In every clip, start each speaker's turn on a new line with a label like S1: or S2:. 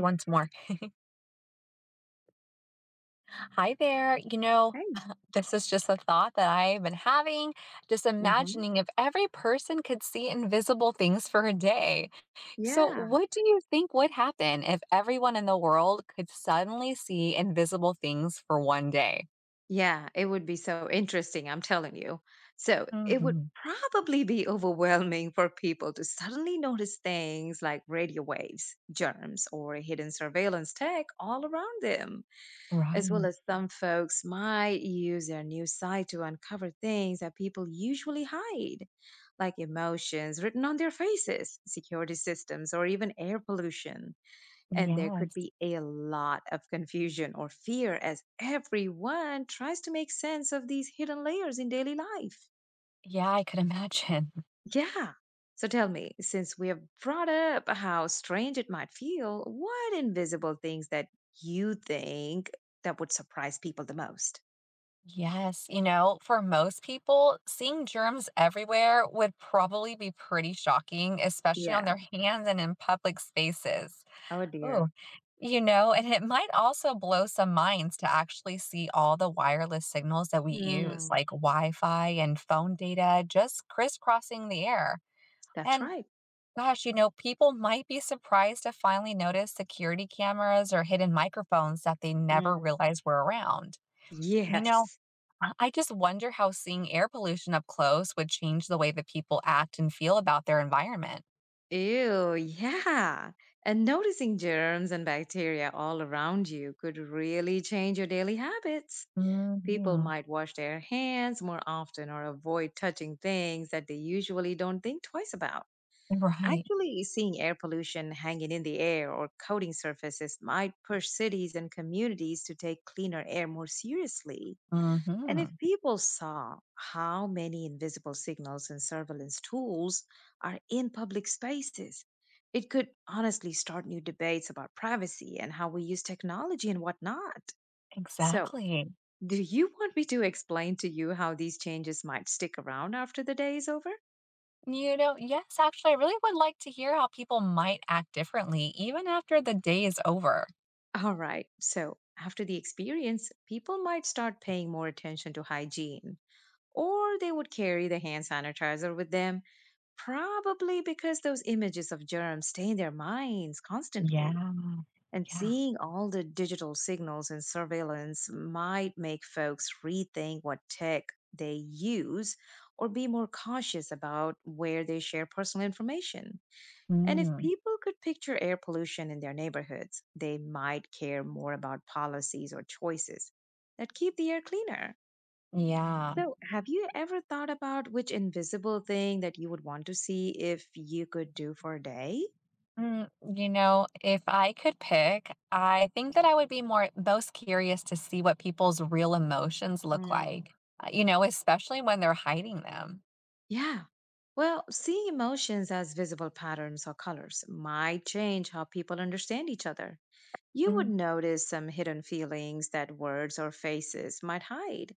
S1: Once more. Hi there.
S2: Hey.
S1: This is just a thought that I've been having, just
S2: Hmm.
S1: imagining if every person could see invisible things for a day. So,
S2: Yeah.
S1: what do you think would happen if everyone in the world could suddenly see invisible things for one day?
S2: Yeah, it would be so interesting, I'm telling you. So it would
S1: hmm
S2: probably be overwhelming for people to suddenly notice things like radio waves, germs, or hidden surveillance tech all around them. As well
S1: Right.
S2: as some folks might use their new site to uncover things that people usually hide, like emotions written on their faces, security systems, or even air pollution. And there could
S1: Yes.
S2: be a lot of confusion or fear as everyone tries to make sense of these hidden layers in daily life.
S1: Yeah, I could imagine.
S2: Yeah. So tell me, since we have brought up how strange it might feel, what invisible things that you think that would surprise people the most?
S1: Yes. For most people, seeing germs everywhere would probably be pretty shocking, especially on
S2: Yeah.
S1: their hands and in public spaces.
S2: Oh
S1: Oh,
S2: dear.
S1: and it might also blow some minds to actually see all the wireless signals that we use,
S2: Mm,
S1: like Wi Fi and phone data, just crisscrossing the air.
S2: that's
S1: And
S2: right.
S1: gosh, people might be surprised to finally notice security cameras or hidden microphones that they never
S2: Mm.
S1: realized were around. You know,
S2: Yes.
S1: I just wonder how seeing air pollution up close would change the way that people act and feel about their environment.
S2: Ew, yeah. And noticing germs and bacteria all around you could really change your daily habits. People
S1: hmm
S2: might wash their hands more often or avoid touching things that they usually don't think twice about.
S1: Right.
S2: Actually, seeing air pollution hanging in the air or coating surfaces might push cities and communities to take cleaner air more seriously. And
S1: hmm
S2: if people saw how many invisible signals and surveillance tools are in public spaces, it could honestly start new debates about privacy and how we use technology and whatnot. So,
S1: Exactly.
S2: do you want me to explain to you how these changes might stick around after the day is over?
S1: Yes, actually, I really would like to hear how people might act differently even after the day is over.
S2: All right. So, after the experience, people might start paying more attention to hygiene, or they would carry the hand sanitizer with them, probably because those images of germs stay in their minds constantly.
S1: Yeah,
S2: And
S1: yeah.
S2: seeing all the digital signals and surveillance might make folks rethink what tech they use or be more cautious about where they share personal information. And if
S1: Mm,
S2: people could picture air pollution in their neighborhoods, they might care more about policies or choices that keep the air cleaner.
S1: yeah.
S2: So, have you ever thought about which invisible thing that you would want to see if you could do for a day?
S1: Mm, if I could pick, I think that I would be more most curious to see what people's real emotions look
S2: Hmm.
S1: like, especially when they're hiding them.
S2: Yeah. Well, seeing emotions as visible patterns or colors might change how people understand each other. You would
S1: Mm,
S2: notice some hidden feelings that words or faces might hide,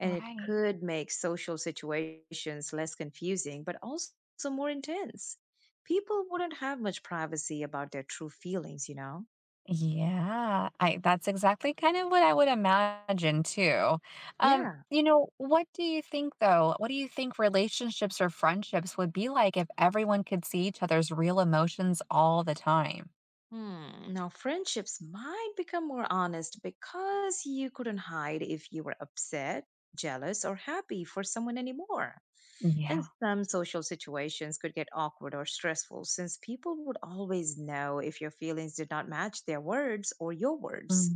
S2: and it
S1: right.
S2: could make social situations less confusing but also more intense. People wouldn't have much privacy about their true feelings, you know?
S1: Yeah, I that's exactly kind of what I would imagine too.
S2: Yeah.
S1: What do you think though? What do you think relationships or friendships would be like if everyone could see each other's real emotions all the time?
S2: Hmm. Now, friendships might become more honest because you couldn't hide if you were upset, jealous, or happy for someone anymore.
S1: Yeah.
S2: And some social situations could get awkward or stressful since people would always know if your feelings did not match their words or your words.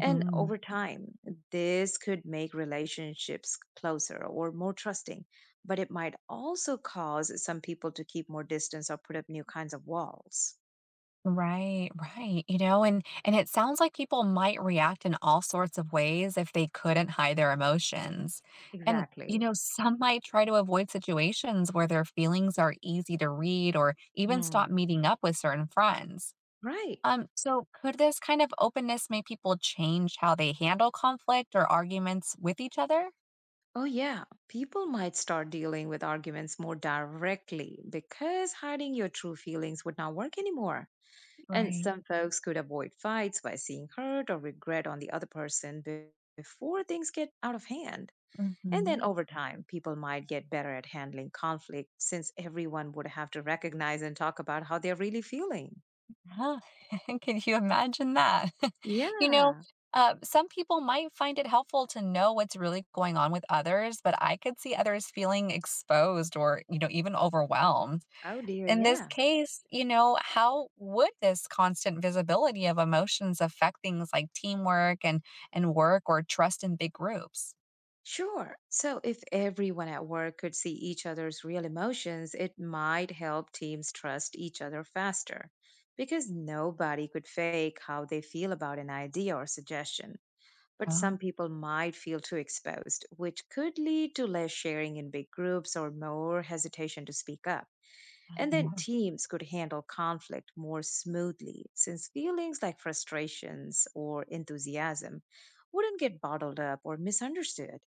S2: And over time, this could make relationships closer or more trusting, but it might also cause some people to keep more distance or put up new kinds of walls.
S1: Right, right. And it sounds like people might react in all sorts of ways if they couldn't hide their emotions. And
S2: Exactly.
S1: some might try to avoid situations where their feelings are easy to read or even stop
S2: Hmm.
S1: meeting up with certain friends.
S2: Right.
S1: So could this kind of openness make people change how they handle conflict or arguments with each other?
S2: Oh, yeah. People might start dealing with arguments more directly because hiding your true feelings would not work anymore. And
S1: Right.
S2: some folks could avoid fights by seeing hurt or regret on the other person before things get out of hand. And then
S1: Mhm.
S2: over time, people might get better at handling conflict since everyone would have to recognize and talk about how they're really feeling.
S1: Huh, can you imagine that? You know,
S2: Yeah.
S1: some people might find it helpful to know what's really going on with others, but I could see others feeling exposed or even overwhelmed.
S2: Oh, dear.
S1: In this
S2: Yeah.
S1: case, how would this constant visibility of emotions affect things like teamwork and work or trust in big groups?
S2: Sure. So if everyone at work could see each other's real emotions, it might help teams trust each other faster because nobody could fake how they feel about an idea or suggestion. But
S1: Oh,
S2: some people might feel too exposed, which could lead to less sharing in big groups or more hesitation to speak up. And then
S1: yeah.
S2: teams could handle conflict more smoothly since feelings like frustrations or enthusiasm wouldn't get bottled up or misunderstood.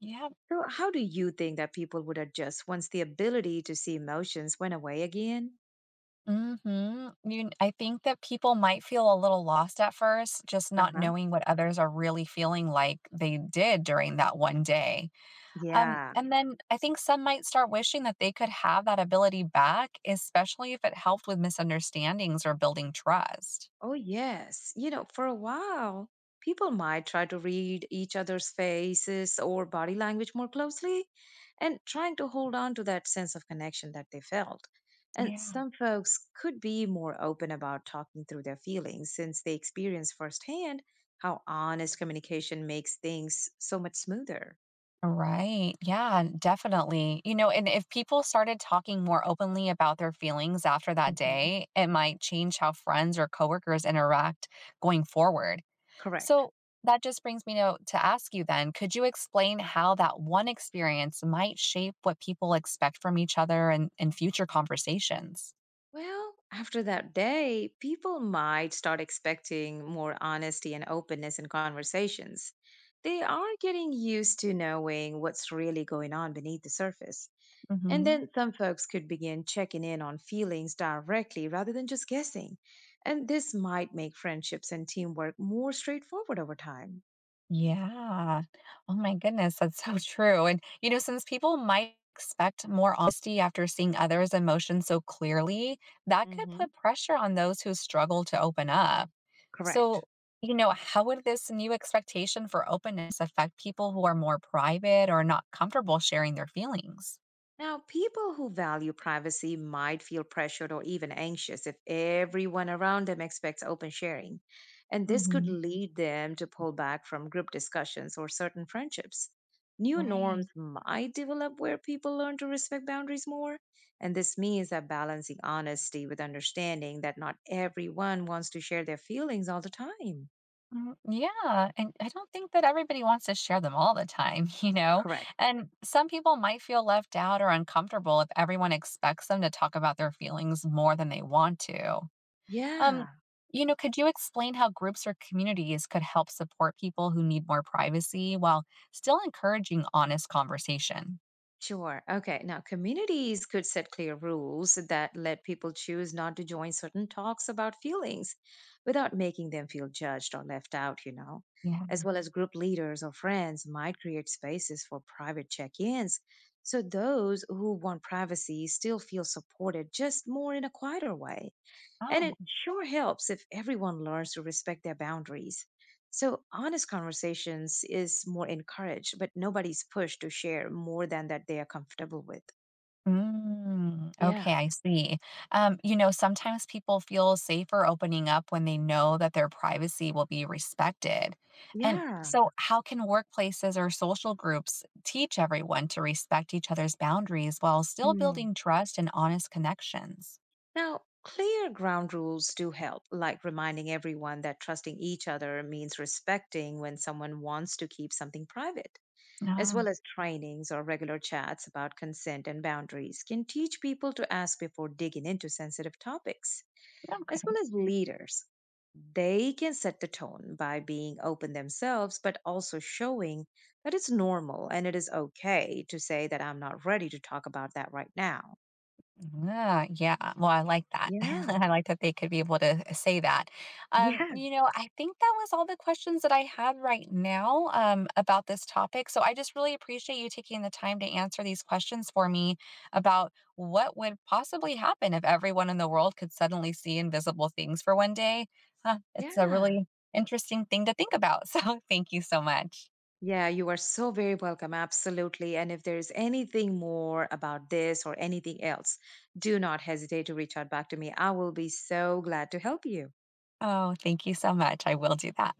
S1: Yeah,
S2: So, how do you think that people would adjust once the ability to see emotions went away again?
S1: Mhm. You I think that people might feel a little lost at first, just
S2: Uh
S1: not
S2: huh.
S1: knowing what others are really feeling like they did during that one day.
S2: Yeah.
S1: And then I think some might start wishing that they could have that ability back, especially if it helped with misunderstandings or building trust.
S2: Oh, yes. You know, for a while, people might try to read each other's faces or body language more closely and trying to hold on to that sense of connection that they felt. And
S1: Yeah.
S2: some folks could be more open about talking through their feelings since they experience firsthand how honest communication makes things so much smoother.
S1: Right. Yeah, definitely. And if people started talking more openly about their feelings after that
S2: Hmm.
S1: day, it might change how friends or coworkers interact going forward.
S2: Correct.
S1: So that just brings me to ask you then could you explain how that one experience might shape what people expect from each other and in future conversations?
S2: Well, after that day, people might start expecting more honesty and openness in conversations. They are getting used to knowing what's really going on beneath the surface. And
S1: hmm
S2: then some folks could begin checking in on feelings directly rather than just guessing. And this might make friendships and teamwork more straightforward over time.
S1: Yeah. Oh my goodness, that's so true. And, since people might expect more honesty after seeing others' emotions so clearly, that could
S2: Hmm.
S1: put pressure on those who struggle to open up. So,
S2: Correct.
S1: how would this new expectation for openness affect people who are more private or not comfortable sharing their feelings?
S2: Now, people who value privacy might feel pressured or even anxious if everyone around them expects open sharing. And this could
S1: Mhm.
S2: lead them to pull back from group discussions or certain friendships. New
S1: Right.
S2: norms might develop where people learn to respect boundaries more. And this means that balancing honesty with understanding that not everyone wants to share their feelings all the time.
S1: Mm, yeah. And I don't think that everybody wants to share them all the time, you know?
S2: Correct.
S1: And some people might feel left out or uncomfortable if everyone expects them to talk about their feelings more than they want to. Um,
S2: Yeah.
S1: could you explain how groups or communities could help support people who need more privacy while still encouraging honest conversation?
S2: Sure. Okay. Now, communities could set clear rules that let people choose not to join certain talks about feelings without making them feel judged or left out, you know.
S1: Yeah.
S2: As well as group leaders or friends might create spaces for private check ins so those who want privacy still feel supported, just more in a quieter way. And
S1: Oh,
S2: it sure helps if everyone learns to respect their boundaries. So, honest conversations is more encouraged, but nobody's pushed to share more than that they are comfortable with.
S1: Mm,
S2: Yeah.
S1: okay, I see. Sometimes people feel safer opening up when they know that their privacy will be respected. And
S2: Yeah.
S1: so, how can workplaces or social groups teach everyone to respect each other's boundaries while still
S2: Hmm.
S1: building trust and honest connections?
S2: Now, clear ground rules do help, like reminding everyone that trusting each other means respecting when someone wants to keep something private, as
S1: No.
S2: well as trainings or regular chats about consent and boundaries can teach people to ask before digging into sensitive topics. As
S1: Okay.
S2: well as leaders. They can set the tone by being open themselves, but also showing that it's normal and it is okay to say that I'm not ready to talk about that right now.
S1: Ah, yeah. Well, I like that.
S2: Yeah,
S1: I like that they could be able to say that.
S2: yeah,
S1: I think that was all the questions that I had right now about this topic. So I just really appreciate you taking the time to answer these questions for me about what would possibly happen if everyone in the world could suddenly see invisible things for one day. Huh, it's a
S2: yeah.
S1: really interesting thing to think about. So thank you so much.
S2: Yeah, you are so very welcome. Absolutely. And if there's anything more about this or anything else, do not hesitate to reach out back to me. I will be so glad to help you.
S1: Oh, thank you so much. I will do that.